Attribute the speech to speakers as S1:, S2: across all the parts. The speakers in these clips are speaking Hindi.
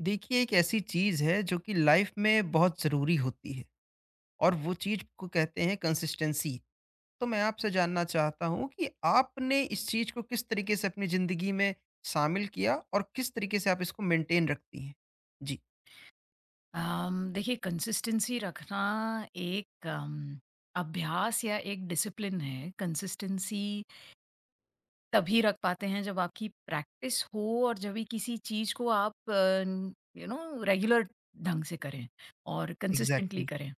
S1: देखिए एक ऐसी चीज़ है जो कि लाइफ में बहुत ज़रूरी होती है और वो चीज़ को कहते हैं कंसिस्टेंसी। तो मैं आपसे जानना चाहता हूँ कि आपने इस चीज़ को किस तरीके से अपनी ज़िंदगी में शामिल किया और किस तरीके से आप इसको मेंटेन रखती हैं? जी,
S2: देखिए कंसिस्टेंसी रखना एक अभ्यास या एक डिसिप्लिन है। कंसिस्टेंसी तभी रख पाते हैं जब आपकी प्रैक्टिस हो और जब भी किसी चीज़ को आप यू नो रेगुलर ढंग से करें और कंसिस्टेंटली
S1: एग्ज़ैक्टली।
S2: करें।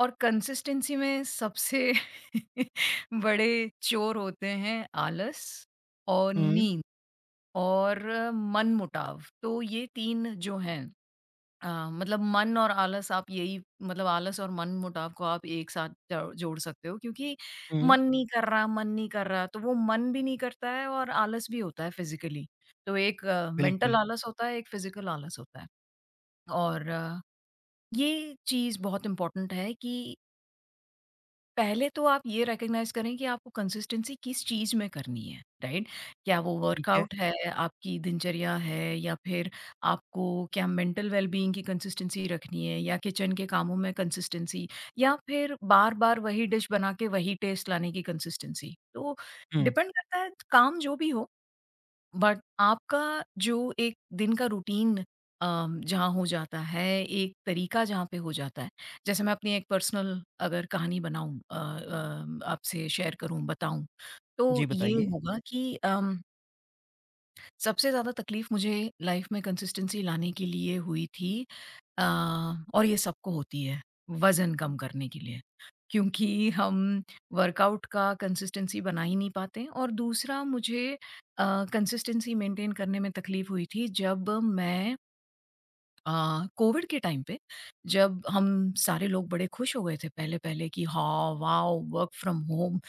S2: और कंसिस्टेंसी में सबसे बड़े चोर होते हैं आलस और
S1: हुँ,
S2: नींद और मनमुटाव। तो ये 3 जो हैं मतलब मन और आलस आप यही मतलब आलस और मन-मुटाव को आप एक साथ ज जोड़ सकते हो क्योंकि
S1: हुँ,
S2: मन नहीं कर रहा, मन नहीं कर रहा, तो वो मन भी नहीं करता है और आलस भी होता है फिज़िकली। तो एक मेंटल
S1: बिल्कुल,
S2: आलस होता है, एक फिज़िकल आलस होता है। और ये चीज़ बहुत इम्पोर्टेंट है कि पहले तो आप ये रिकॉग्नाइज़ करें कि आपको कंसिस्टेंसी किस चीज़ में करनी है, राइट? क्या वो
S1: ठीक है।
S2: वर्कआउट है, आपकी दिनचर्या है या फिर आपको क्या मेंटल वेल-बीइंग की कंसिस्टेंसी रखनी है या किचन के कामों में कंसिस्टेंसी या फिर बार-बार वही डिश बना के वही टेस्ट लाने की कंसिस्टेंसी। तो
S1: हुँ,
S2: डिपेंड करता है काम जो भी हो बट आपका जो एक दिन का रूटीन जहाँ हो जाता है, एक तरीका जहाँ पे हो जाता है, जैसे मैं अपनी एक पर्सनल अगर कहानी बनाऊँ आपसे शेयर करूँ, बताऊँ, तो
S1: जी
S2: ये
S1: बताइए।
S2: होगा कि सबसे ज़्यादा तकलीफ़ मुझे लाइफ़ में कंसिस्टेंसी लाने के लिए हुई थी अ, और ये सबको होती है वज़न कम करने के लिए, क्योंकि हम वर्कआउट का कंसिस्टेंसी बना ही नहीं पाते और दूसरा मुझे अ, कंसिस्टेंसी मेंटेन करने में तकलीफ़ हुई थी जब मैं अ, कोविड के टाइम पे जब हम सारे लोग बड़े खुश हो गए थे पहले-पहले कि हाँ, वाओ! वर्क फ्रॉम होम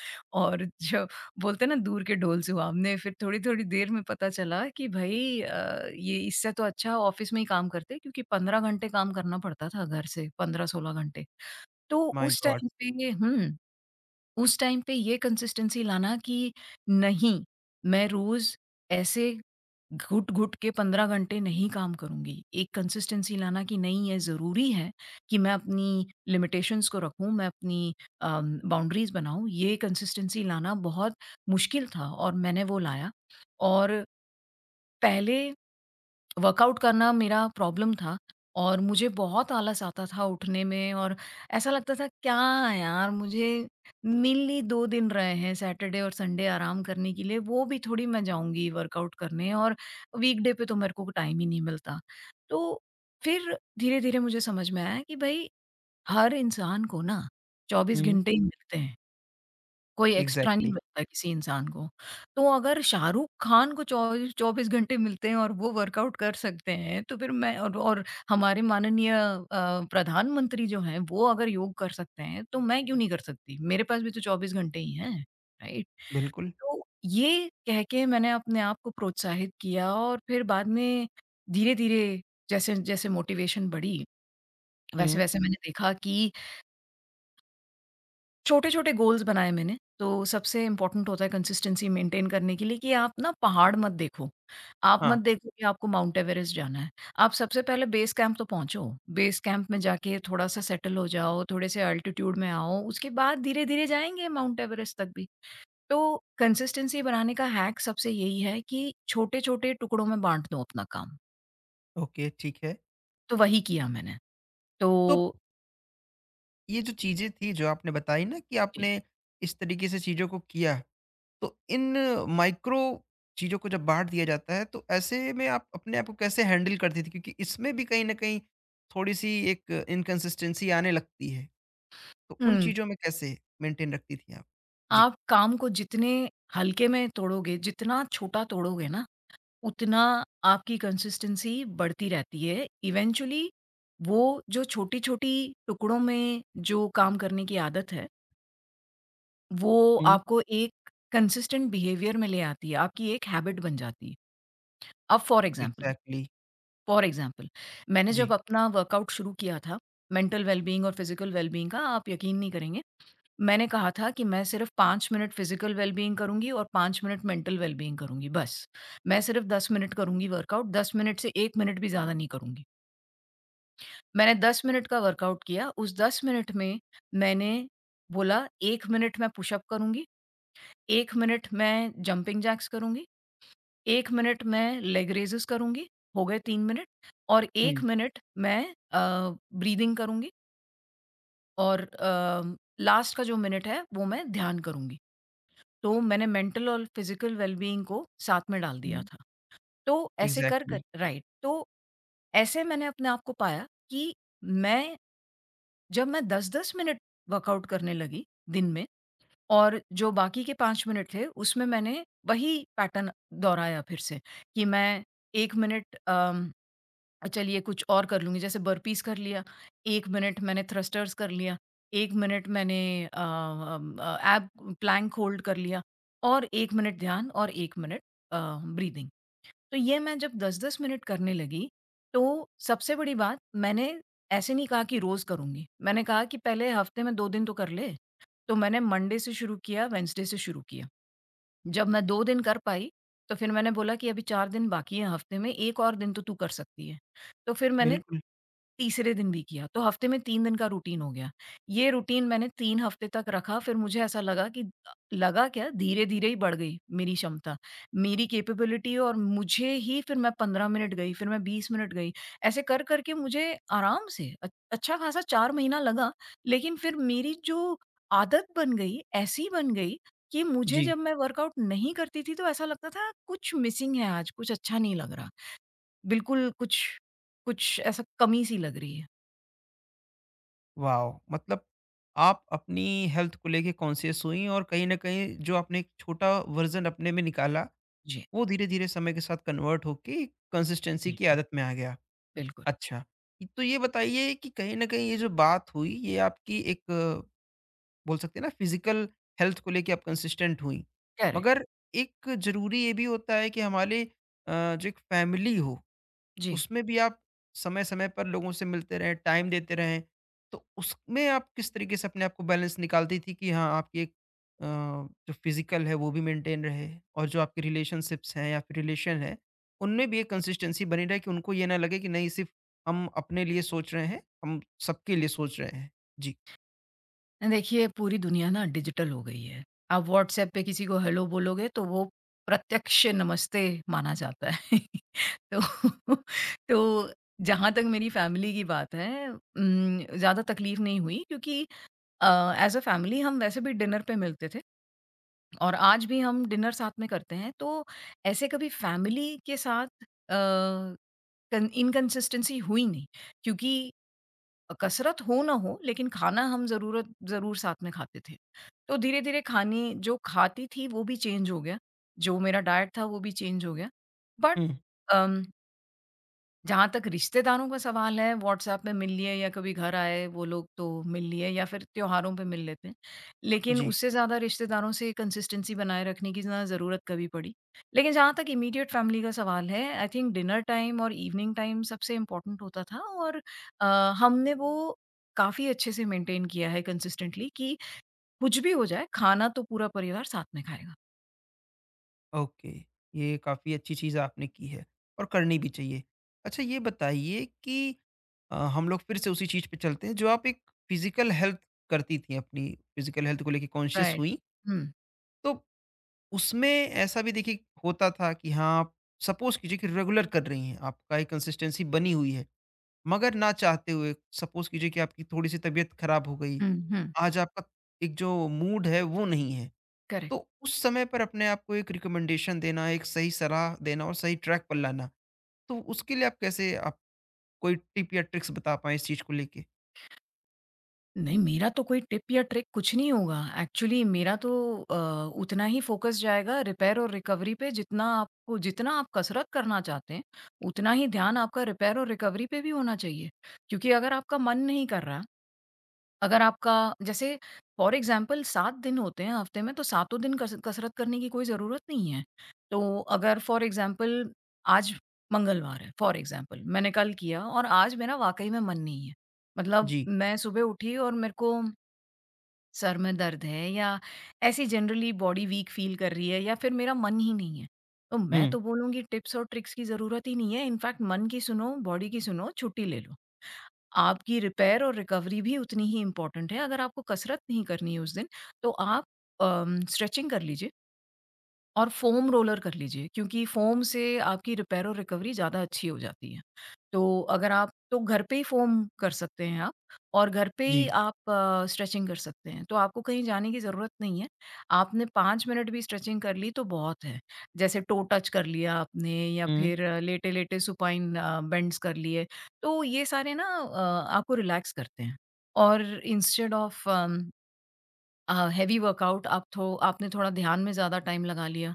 S2: और जो बोलते हैं ना दूर के ढोल सुहावने फिर थोड़ी-थोड़ी देर में पता चला कि भई ये इससे तो अच्छा ऑफ़िस में ही काम करते क्योंकि 15 घंटे काम करना पड़ता था घर से 15-16 घंटे। तो
S1: माय
S2: उस
S1: गॉड!
S2: टाइम पे हुँ, उस टाइम पे ये कंसिस्टेंसी लाना कि नहीं, मैं रोज़ ऐसे घुट-घुट के 15 घंटे नहीं काम करूँगी। एक कंसिस्टेंसी लाना कि नहीं ये ज़रूरी है कि मैं अपनी लिमिटेशंस को रखूँ, मैं अपनी बाउंड्रीज़ बनाऊँ, ये कंसिस्टेंसी लाना बहुत मुश्किल था और मैंने वो लाया। और पहले वर्कआउट करना मेरा प्रॉब्लम था और मुझे बहुत आलस आता था उठने में और ऐसा लगता था क्या यार मुझे मिली 2 दिन रहे हैं सैटरडे और संडे आराम करने के लिए वो भी थोड़ी मैं जाऊँगी वर्कआउट करने और वीकडे पे तो मेरे को टाइम ही नहीं मिलता। तो फिर धीरे-धीरे मुझे समझ में आया कि भई हर इंसान को ना 24
S1: हुँ,
S2: घंटे ही मिलते हैं। कोई एक्स्ट्रा नहीं
S1: एग्ज़ैक्टली,
S2: मिलता किसी इंसान को। तो अगर शाहरुख़ खान को चौबीस 24 घंटे मिलते हैं और वो वर्कआउट कर सकते हैं, तो फिर मैं और हमारे माननीय प्रधानमंत्री जो हैं, वो अगर योग कर सकते हैं, तो मैं क्यों नहीं कर सकती? मेरे पास भी तो 24 घंटे ही हैं, राइट?
S1: बिल्कुल।
S2: तो ये कह के मैंने अपने आप को प्रोत्साहित किया और फिर बाद में धीरे-धीरे जैसे-जैसे मोटिवेशन बढ़ी,
S1: हुँ,
S2: वैसे-वैसे मैंने देखा कि छोटे-छोटे गोल्स बनाए मैंने, तो सबसे इम्पोर्टेंट होता है कंसिस्टेंसी मेंटेन करने के लिए कि आप ना पहाड़ मत देखो। आप
S1: हाँ,
S2: मत देखो कि आपको माउंट एवरेस्ट जाना है। आप सबसे पहले बेस कैंप तो पहुँचो। बेस कैंप में जाके थोड़ा-सा सेटल हो जाओ, थोड़े से अल्टीट्यूड में आओ, उसके बाद धीरे-धीरे जाएँगे माउंट एवरेस्ट तक भी। तो कंसिस्टेंसी बनाने का हैक सबसे यही है कि छोटे-छोटे टुकड़ों में बाँट दो अपना काम,
S1: ओके, ठीक है।
S2: तो वही किया मैंने। तो
S1: तो ये जो चीज़ें थी जो आपने बताई ना कि
S2: जी।
S1: आपने इस तरीके से चीज़ों को किया, तो इन माइक्रो चीज़ों को जब बाँट दिया जाता है, तो ऐसे में आप अपने आप को कैसे हैंडल करती थी? क्योंकि इसमें भी कहीं न कहीं थोड़ी-सी एक इनकंसिस्टेंसी आने लगती है। तो उन
S2: हुँ,
S1: चीज़ों में कैसे मेंटेन रखती थी आप? जी।
S2: आप काम को जितने हल्के में तोड़ोगे, जितना छोटा तोड़ोगे ना उतना आपकी कंसिस्टेंसी बढ़ती रहती है। इवेंचुअली वो जो छोटी-छोटी टुकड़ों में जो काम करने की आदत है, वो
S1: हुँ।
S2: आपको एक कंसिस्टेंट बिहेवियर में ले आती है, आपकी एक हैबिट बन जाती है। अब for example
S1: exactly.
S2: For example मैंने
S1: जी।
S2: जब अपना वर्कआउट शुरू किया था, मेंटल वेल-बीइंग और फिज़िकल वेल-बीइंग का आप यकीन नहीं करेंगे। मैंने कहा था कि मैं सिर्फ़ 5 मिनट फिज़िकल वेल-बीइंग करूँगी और 5 मिनट मेंटल वेल-बीइंग करूँगी बस। मैं सिर्फ़ 10 मिनट करूँगी वर्कआउट, 10 मिनट से 1 मिनट भी ज़्यादा नहीं करूँगी। मैंने 10 मिनट का वर्कआउट किया, उस 10 मिनट में मैंने बोला 1 मिनट मैं पुशअप करूँगी, 1 मिनट मैं जंपिंग जैक्स करूँगी, 1 मिनट मैं लेग रेज़ेस करूँगी, हो गए 3 मिनट और 1
S1: हुँ,
S2: मिनट मैं अ, ब्रीथिंग करूँगी और लास्ट का जो मिनट है वो मैं ध्यान करूँगी। तो मैंने मेंटल और फिज़िकल वेलबीइंग को साथ में डाल दिया
S1: हुँ।
S2: था। तो ऐसे कर कर
S1: एग्ज़ैक्टली।
S2: राइट, तो ऐसे मैंने अपने आप को पाया कि मैं जब मैं 10-10 मिनट वर्कआउट करने लगी दिन में और जो बाकी के 5 मिनट थे उसमें मैंने वही पैटर्न दोहराया फिर से कि मैं 1 मिनट चलिए कुछ और कर लूँगी जैसे बर्पीज़ कर लिया, 1 मिनट मैंने थ्रस्टर्स कर लिया, 1 मिनट मैंने एब प्लैंक होल्ड कर लिया और 1 मिनट ध्यान और 1 मिनट अ, ब्रीथिंग। तो ये मैं जब 10-10 मिनट करने लगी, तो सबसे बड़ी बात मैंने ऐसे नहीं कहा कि रोज़ करूँगी, मैंने कहा कि पहले हफ्ते में 2 दिन तो कर ले। तो मैंने मंडे से शुरू किया, वेडनेसडे से शुरू किया। जब मैं 2 दिन कर पाई, तो फिर मैंने बोला कि अभी 4 दिन बाकी हैं हफ्ते में, 1 और दिन तो तू कर सकती है। तो फिर मैंने
S1: बिल्कुल।
S2: तीसरे दिन भी किया, तो हफ्ते में 3 दिन का रूटीन हो गया। ये रूटीन मैंने 3 हफ्ते तक रखा, फिर मुझे ऐसा लगा कि लगा क्या धीरे-धीरे ही बढ़ गई मेरी क्षमता, मेरी कैपेबिलिटी और मुझे ही फिर मैं 15 मिनट गई, फिर मैं 20 मिनट गई। ऐसे कर कर के मुझे आराम से अच्छा खासा 4 महीना लगा, लेकिन फिर मेरी जो आदत बन गई, ऐसी बन गई कि मुझे
S1: जी।
S2: जब मैं वर्कआउट नहीं करती थी तो ऐसा लगता था कुछ मिसिंग है आज, कुछ अच्छा नहीं लग रहा। बिल्कुल कुछ कुछ ऐसा कमी सी लग रही है।
S1: वॉव! मतलब आप अपनी हेल्थ को लेके कॉन्शियस हुईं और कहीं न कहीं जो आपने एक छोटा वर्ज़न अपने में निकाला,
S2: जी।
S1: वो धीरे-धीरे समय के साथ कन्वर्ट होके कंसिस्टेंसी की
S2: बिल्कुल।
S1: आदत में आ गया।
S2: बिल्कुल,
S1: अच्छा। तो ये बताइए कि कहीं न कहीं ये जो बात हुई, ये आपकी एक बोल सकते हैं ना, फिज़िकल हेल्थ को लेके आप कंसिस्टेंट हुईं।
S2: करेक्ट।
S1: मगर एक ज़रूरी ये भी होता है कि हमारे अ, जो एक फैमिली हो,
S2: जी।
S1: उसमें भी आप समय-समय पर लोगों से मिलते रहें, टाइम देते रहें, तो उसमें आप किस तरीके से अपने आप को बैलेंस निकालती थी कि हाँ, आपकी एक जो फिज़िकल है वो भी मेंटेन रहे और जो आपके रिलेशनशिप्स हैं या फिर रिलेशन है, उनमें भी एक कंसिस्टेंसी बनी रहे, कि उनको ये ना लगे कि नहीं, सिर्फ़ हम अपने लिए सोच रहे हैं, हम सबके लिए सोच रहे हैं? जी।
S2: देखिए पूरी दुनिया ना डिजिटल हो गई है। आप व्हाट्सऐप पे किसी को हेलो बोलोगे तो वो प्रत्यक्ष नमस्ते माना जाता है। तो तो जहाँ तक मेरी फैमिली की बात है ज़्यादा तकलीफ नहीं हुई क्योंकि अ, एज़ अ फैमिली हम वैसे भी डिनर पे मिलते थे। और आज भी हम डिनर साथ में करते हैं, तो ऐसे कभी फैमिली के साथ अ, कन इनकंसिस्टेंसी हुई नहीं क्योंकि कसरत हो ना हो लेकिन खाना हम ज़रूरत ज़रूर साथ में खाते थे। तो धीरे-धीरे खाने जो खाती थी वो भी चेंज हो गया, जो मेरा डाइट था वो भी चेंज हो गया। बट
S1: हुँ,
S2: अम जहाँ तक रिश्तेदारों का सवाल है व्हाट्सएप में मिल लिए या कभी घर आए वो लोग तो मिल लिए या फिर त्योहारों पे मिल लेते हैं। लेकिन
S1: जी।
S2: उससे ज़्यादा रिश्तेदारों से कंसिस्टेंसी बनाए रखने की ना ज़रूरत कभी पड़ी। लेकिन जहाँ तक इमीडिएट फैमिली का सवाल है आई थिंक डिनर टाइम और इवनिंग टाइम सबसे इम्पोर्टेंट होता था और अ, हमने वो काफ़ी अच्छे से मेंटेन किया है कंसिस्टेंटली कि कुछ भी हो जाए खाना तो पूरा परिवार साथ में खाएगा।
S1: ओके, ये काफ़ी अच्छी चीज़ आपने की है और करनी भी चाहिए। अच्छा ये बताइए कि हम लोग फिर से उसी चीज़ पे चलते हैं। जो आप एक फ़िज़िकल हेल्थ करती थीं, अपनी फ़िज़िकल हेल्थ को लेके कॉन्शियस
S2: राइट।
S1: हुईं।
S2: हुँ।
S1: तो उसमें ऐसा भी देखिए होता था कि हाँ, आप सपोज़ कीजिए कि रेगुलर कर रही हैं, आपका एक कंसिस्टेंसी बनी हुई है। मगर ना चाहते हुए सपोज़ कीजिए कि आपकी थोड़ी-सी तबीयत खराब हो गई,
S2: हुँ, हुँ।
S1: आज आपका एक जो मूड है वो नहीं है।
S2: करेक्ट।
S1: तो उस समय पर अपने आप को एक रिकमेंडेशन देना, एक सही सलाह देना और सही ट्रैक पर लाना, तो उसके लिए आप कैसे, आप कोई टिप या ट्रिक्स बता पाएँ इस चीज़ को लेके?
S2: नहीं, मेरा तो कोई टिप या ट्रिक कुछ नहीं होगा। एक्चुअली मेरा तो अ, उतना ही फ़ोकस जाएगा रिपेयर और रिकवरी पे जितना आपको जितना आप कसरत करना चाहते हैं, उतना ही ध्यान आपका रिपेयर और रिकवरी पे भी होना चाहिए। क्योंकि अगर आपका मन नहीं कर रहा, अगर आपका जैसे फ़ॉर एग्ज़ाम्पल 7 दिन होते हैं हफ़्ते में, तो सातों दिन कस कसरत करने की कोई ज़रूरत नहीं है। तो अगर फ़ॉर एग्ज़ाम्पल आज मंगलवार है, फ़ॉर एग्ज़ाम्पल मैंने कल किया और आज मेरा वाक़ई में मन नहीं है। मतलब
S1: जी।
S2: मैं सुबह उठी और मेरे को सर में दर्द है या ऐसी जनरली बॉडी वीक फ़ील कर रही है या फिर मेरा मन ही नहीं है। तो मैं
S1: हुँ।
S2: तो बोलूँगी टिप्स और ट्रिक्स की ज़रूरत ही नहीं है, इनफैक्ट मन की सुनो, बॉडी की सुनो, छुट्टी ले लो। आपकी रिपेयर और रिकवरी भी उतनी ही इम्पोर्टेंट है, अगर आपको कसरत नहीं करनी है उस दिन, तो आप स्ट्रेचिंग कर लीजिए और फ़ोम रोलर कर लीजिए क्योंकि फ़ोम से आपकी रिपेयर और रिकवरी ज़्यादा अच्छी हो जाती है। तो अगर आप तो घर पे ही फ़ोम कर सकते हैं आप और घर पे
S1: जी।
S2: ही आप स्ट्रेचिंग कर सकते हैं। तो आपको कहीं जाने की ज़रूरत नहीं है। आपने 5 मिनट भी स्ट्रेचिंग कर ली तो बहुत है। जैसे टो टच कर लिया आपने या
S1: हुँ,
S2: फिर लेटे-लेटे सुपाइन बेंड्स कर लिए। तो ये सारे ना आपको रिलैक्स करते हैं और इंस्टेड ऑफ हेवी वर्कआउट आप थो आपने थोड़ा ध्यान में ज़्यादा टाइम लगा लिया,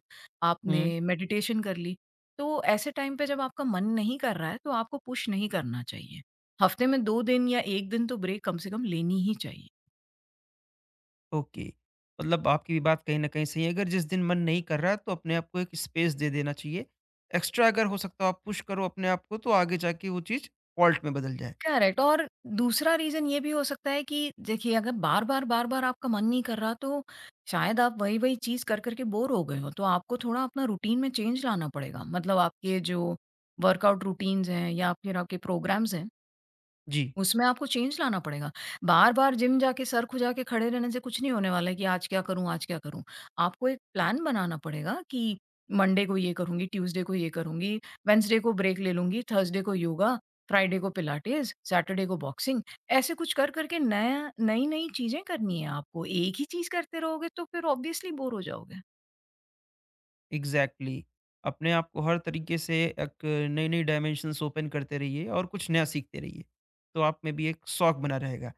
S2: आपने
S1: हुँ।
S2: मेडिटेशन कर ली, तो ऐसे टाइम पे जब आपका मन नहीं कर रहा है, तो आपको पुश नहीं करना चाहिए। हफ्ते में 2 दिन या 1 दिन तो ब्रेक कम से कम लेनी ही चाहिए।
S1: ओके। मतलब आपकी भी बात कहीं न कहीं सही है, अगर जिस दिन मन नहीं कर रहा, तो अपने आप को एक स्पेस दे देना चाहिए। एक्स्ट्रा अगर हो सकता हो आप पुश करो अपने आप को, तो आगे जाके वो चीज़ फॉल्ट में बदल जाए।
S2: करेक्ट और दूसरा रीज़न ये भी हो सकता है कि देखिए अगर बार-बार आपका मन नहीं कर रहा तो शायद आप वही-वही चीज़ कर-कर के बोर हो गए हो, तो आपको थोड़ा अपना रूटीन में चेंज लाना पड़ेगा। मतलब आपके जो वर्कआउट रूटीन्स हैं या फिर आपके प्रोग्राम्स हैं
S1: जी।
S2: उसमें आपको चेंज लाना पड़ेगा। बार-बार जिम जाके सर खुजा के खड़े रहने से कुछ नहीं होने वाला है कि आज क्या करूँ आज क्या करूँ? आपको एक प्लान बनाना पड़ेगा कि मंडे को ये करूँगी, ट्यूसडे को ये करूँगी, वेडनेसडे को ब्रेक ले लूँगी, थर्सडे को योगा, फ्राइडे को पिलाटेस, सैटरडे को बॉक्सिंग। ऐसे कुछ कर कर के नया नई-नई चीज़ें करनी है आपको। एक ही चीज़ करते रहोगे तो फिर ऑब्वियसली बोर हो जाओगे।
S1: Exactly, exactly। अपने आप को हर तरीके से एक नई नई डायमेंशंस ओपन करते रहिए और कुछ नया सीखते रहिए, तो आप में भी एक शौक बना रहेगा।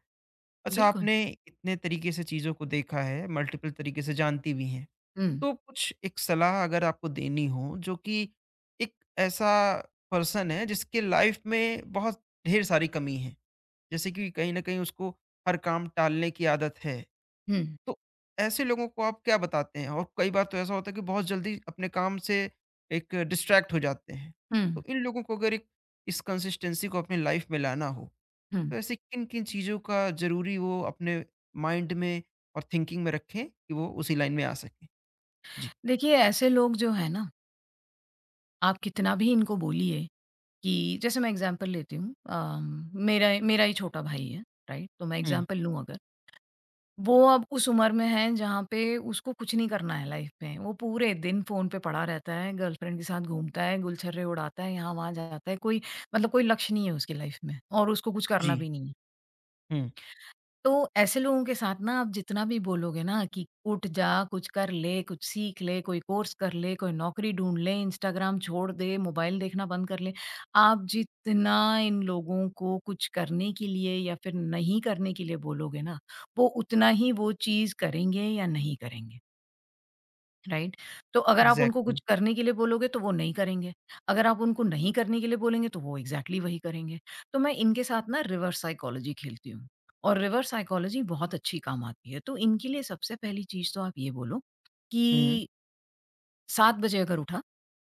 S1: अच्छा,
S2: बिल्कुल।
S1: आपने इतने तरीके से चीज़ों को देखा है, मल्टीपल तरीके से जानती भी हैं,
S2: हुँ,
S1: तो कुछ एक सलाह अगर आपको देनी हो, जो कि एक ऐसा पर्सन है जिसके लाइफ में बहुत ढेर सारी कमी है, जैसे कि कहीं ना कहीं उसको हर काम टालने की आदत है,
S2: हुँ,
S1: तो ऐसे लोगों को आप क्या बताते हैं? और कई बार तो ऐसा होता है कि बहुत जल्दी अपने काम से एक डिस्ट्रैक्ट हो जाते हैं।
S2: हुँ,
S1: तो इन लोगों को अगर एक इस कंसिस्टेंसी को अपनी लाइफ में लाना हो, तो
S2: हुँ।
S1: ऐसी किन-किन चीज़ों का ज़रूरी वो अपने माइंड में और थिंकिंग में रखें कि वो उसी लाइन में आ सकें? जी।
S2: देखिए ऐसे लोग जो है ना, आप कितना भी इनको बोलिए कि जैसे मैं एग्ज़ाम्पल लेती हूँ मेरा मेरा ही छोटा भाई है, राइट? तो मैं
S1: हुँ,
S2: एग्ज़ाम्पल लूँ अगर, वो अब उस उम्र में है जहाँ पे उसको कुछ नहीं करना है लाइफ़ में। वो पूरे दिन फ़ोन पे पड़ा रहता है, गर्लफ्रेंड के साथ घूमता है, गुलछर्रे उड़ाता है, यहाँ-वहाँ जाता है, कोई मतलब कोई लक्ष्य नहीं है उसकी लाइफ़ में और उसको कुछ करना
S1: जी,
S2: भी नहीं है।
S1: हुँ,
S2: तो ऐसे लोगों के साथ ना आप जितना भी बोलोगे ना कि उठ जा, कुछ कर ले, कुछ सीख ले, कोई कोर्स कर ले, कोई नौकरी ढूँढ ले, इंस्टाग्राम छोड़ दे, मोबाइल देखना बंद कर ले। आप जितना इन लोगों को कुछ करने के लिए या फिर नहीं करने के लिए बोलोगे ना, वो उतना ही वो चीज़ करेंगे या नहीं करेंगे। राइट? तो अगर आप उनको
S1: एग्ज़ैक्टली।
S2: कुछ करने के लिए बोलोगे तो वो नहीं करेंगे। अगर आप उनको नहीं करने के लिए बोलेंगे तो वो एग्ज़ैक्टली वही करेंगे। तो मैं इनके साथ ना रिवर्स साइकोलॉजी खेलती हूँ और रिवर्स साइकोलॉजी बहुत अच्छी काम आती है। तो इनके लिए सबसे पहली चीज़ तो आप ये बोलो
S1: हुँ,
S2: कि 7 बजे अगर उठा,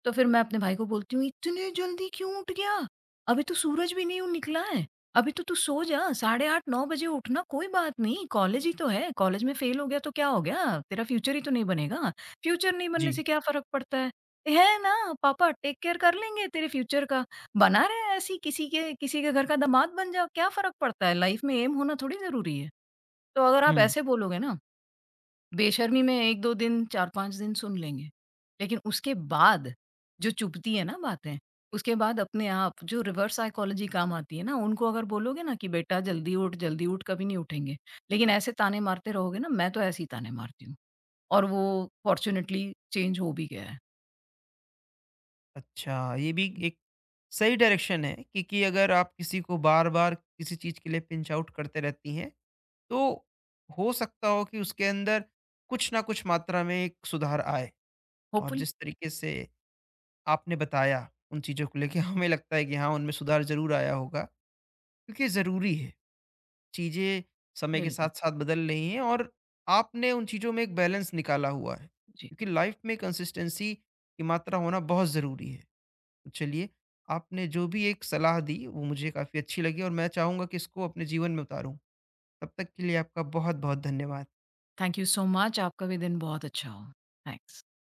S2: तो फिर मैं अपने भाई को बोलती हूँ, "इतने जल्दी क्यों उठ गया? अभी तो सूरज भी नहीं निकला है। अभी तो तू सो जा, साढ़े 8-9 बजे उठना कोई बात नहीं, कॉलेज ही तो है। कॉलेज में फेल हो गया तो क्या हो गया? तेरा फ्यूचर ही तो नहीं बनेगा। फ्यूचर नहीं बनने से
S1: जी,
S2: क्या फ़र्क पड़ता है? है ना पापा टेक केयर कर लेंगे तेरे फ्यूचर का। बना रहे ऐसे ही किसी के घर का दामाद बन जाओ, क्या फ़र्क पड़ता है? लाइफ में एम होना थोड़ी ज़रूरी है।" तो अगर आप
S1: हुँ।
S2: ऐसे बोलोगे ना बेशर्मी में 1-2 दिन, 4-5 दिन सुन लेंगे। लेकिन उसके बाद जो चुभती है ना बातें, उसके बाद अपने आप जो रिवर्स साइकोलॉजी काम आती है ना, उनको अगर बोलोगे ना कि बेटा जल्दी उठ, कभी नहीं उठेंगे। लेकिन ऐसे ताने मारते रहोगे ना, मैं तो ऐसे ही ताने मारती हूँ और वो फॉर्च्यूनेटली चेंज हो भी गया है।
S1: अच्छा, ये भी एक सही डायरेक्शन है, क्योंकि अगर आप किसी को बार-बार किसी चीज़ के लिए पिंच आउट करते रहती हैं, तो हो सकता हो कि उसके अंदर कुछ ना कुछ मात्रा में एक सुधार आए। और
S2: होपफुली
S1: जिस तरीके से आपने बताया उन चीज़ों को लेके हमें लगता है कि हाँ, उनमें सुधार ज़रूर आया होगा। क्योंकि ज़रूरी है, चीज़ें समय के साथ
S2: बिल्कुल,
S1: साथ बदल रही हैं और आपने उन चीज़ों में एक बैलेंस निकाला हुआ है,
S2: जी।
S1: क्योंकि लाइफ में कंसिस्टेंसी की मात्रा होना बहुत ज़रूरी है। तो चलिए, आपने जो भी एक सलाह दी वो मुझे काफ़ी अच्छी लगी और मैं चाहूँगा कि इसको अपने जीवन में उतारूँ। तब तक के लिए आपका बहुत बहुत धन्यवाद।
S2: थैंक यू सो मच आपका भी दिन बहुत अच्छा हो। थैंक्स।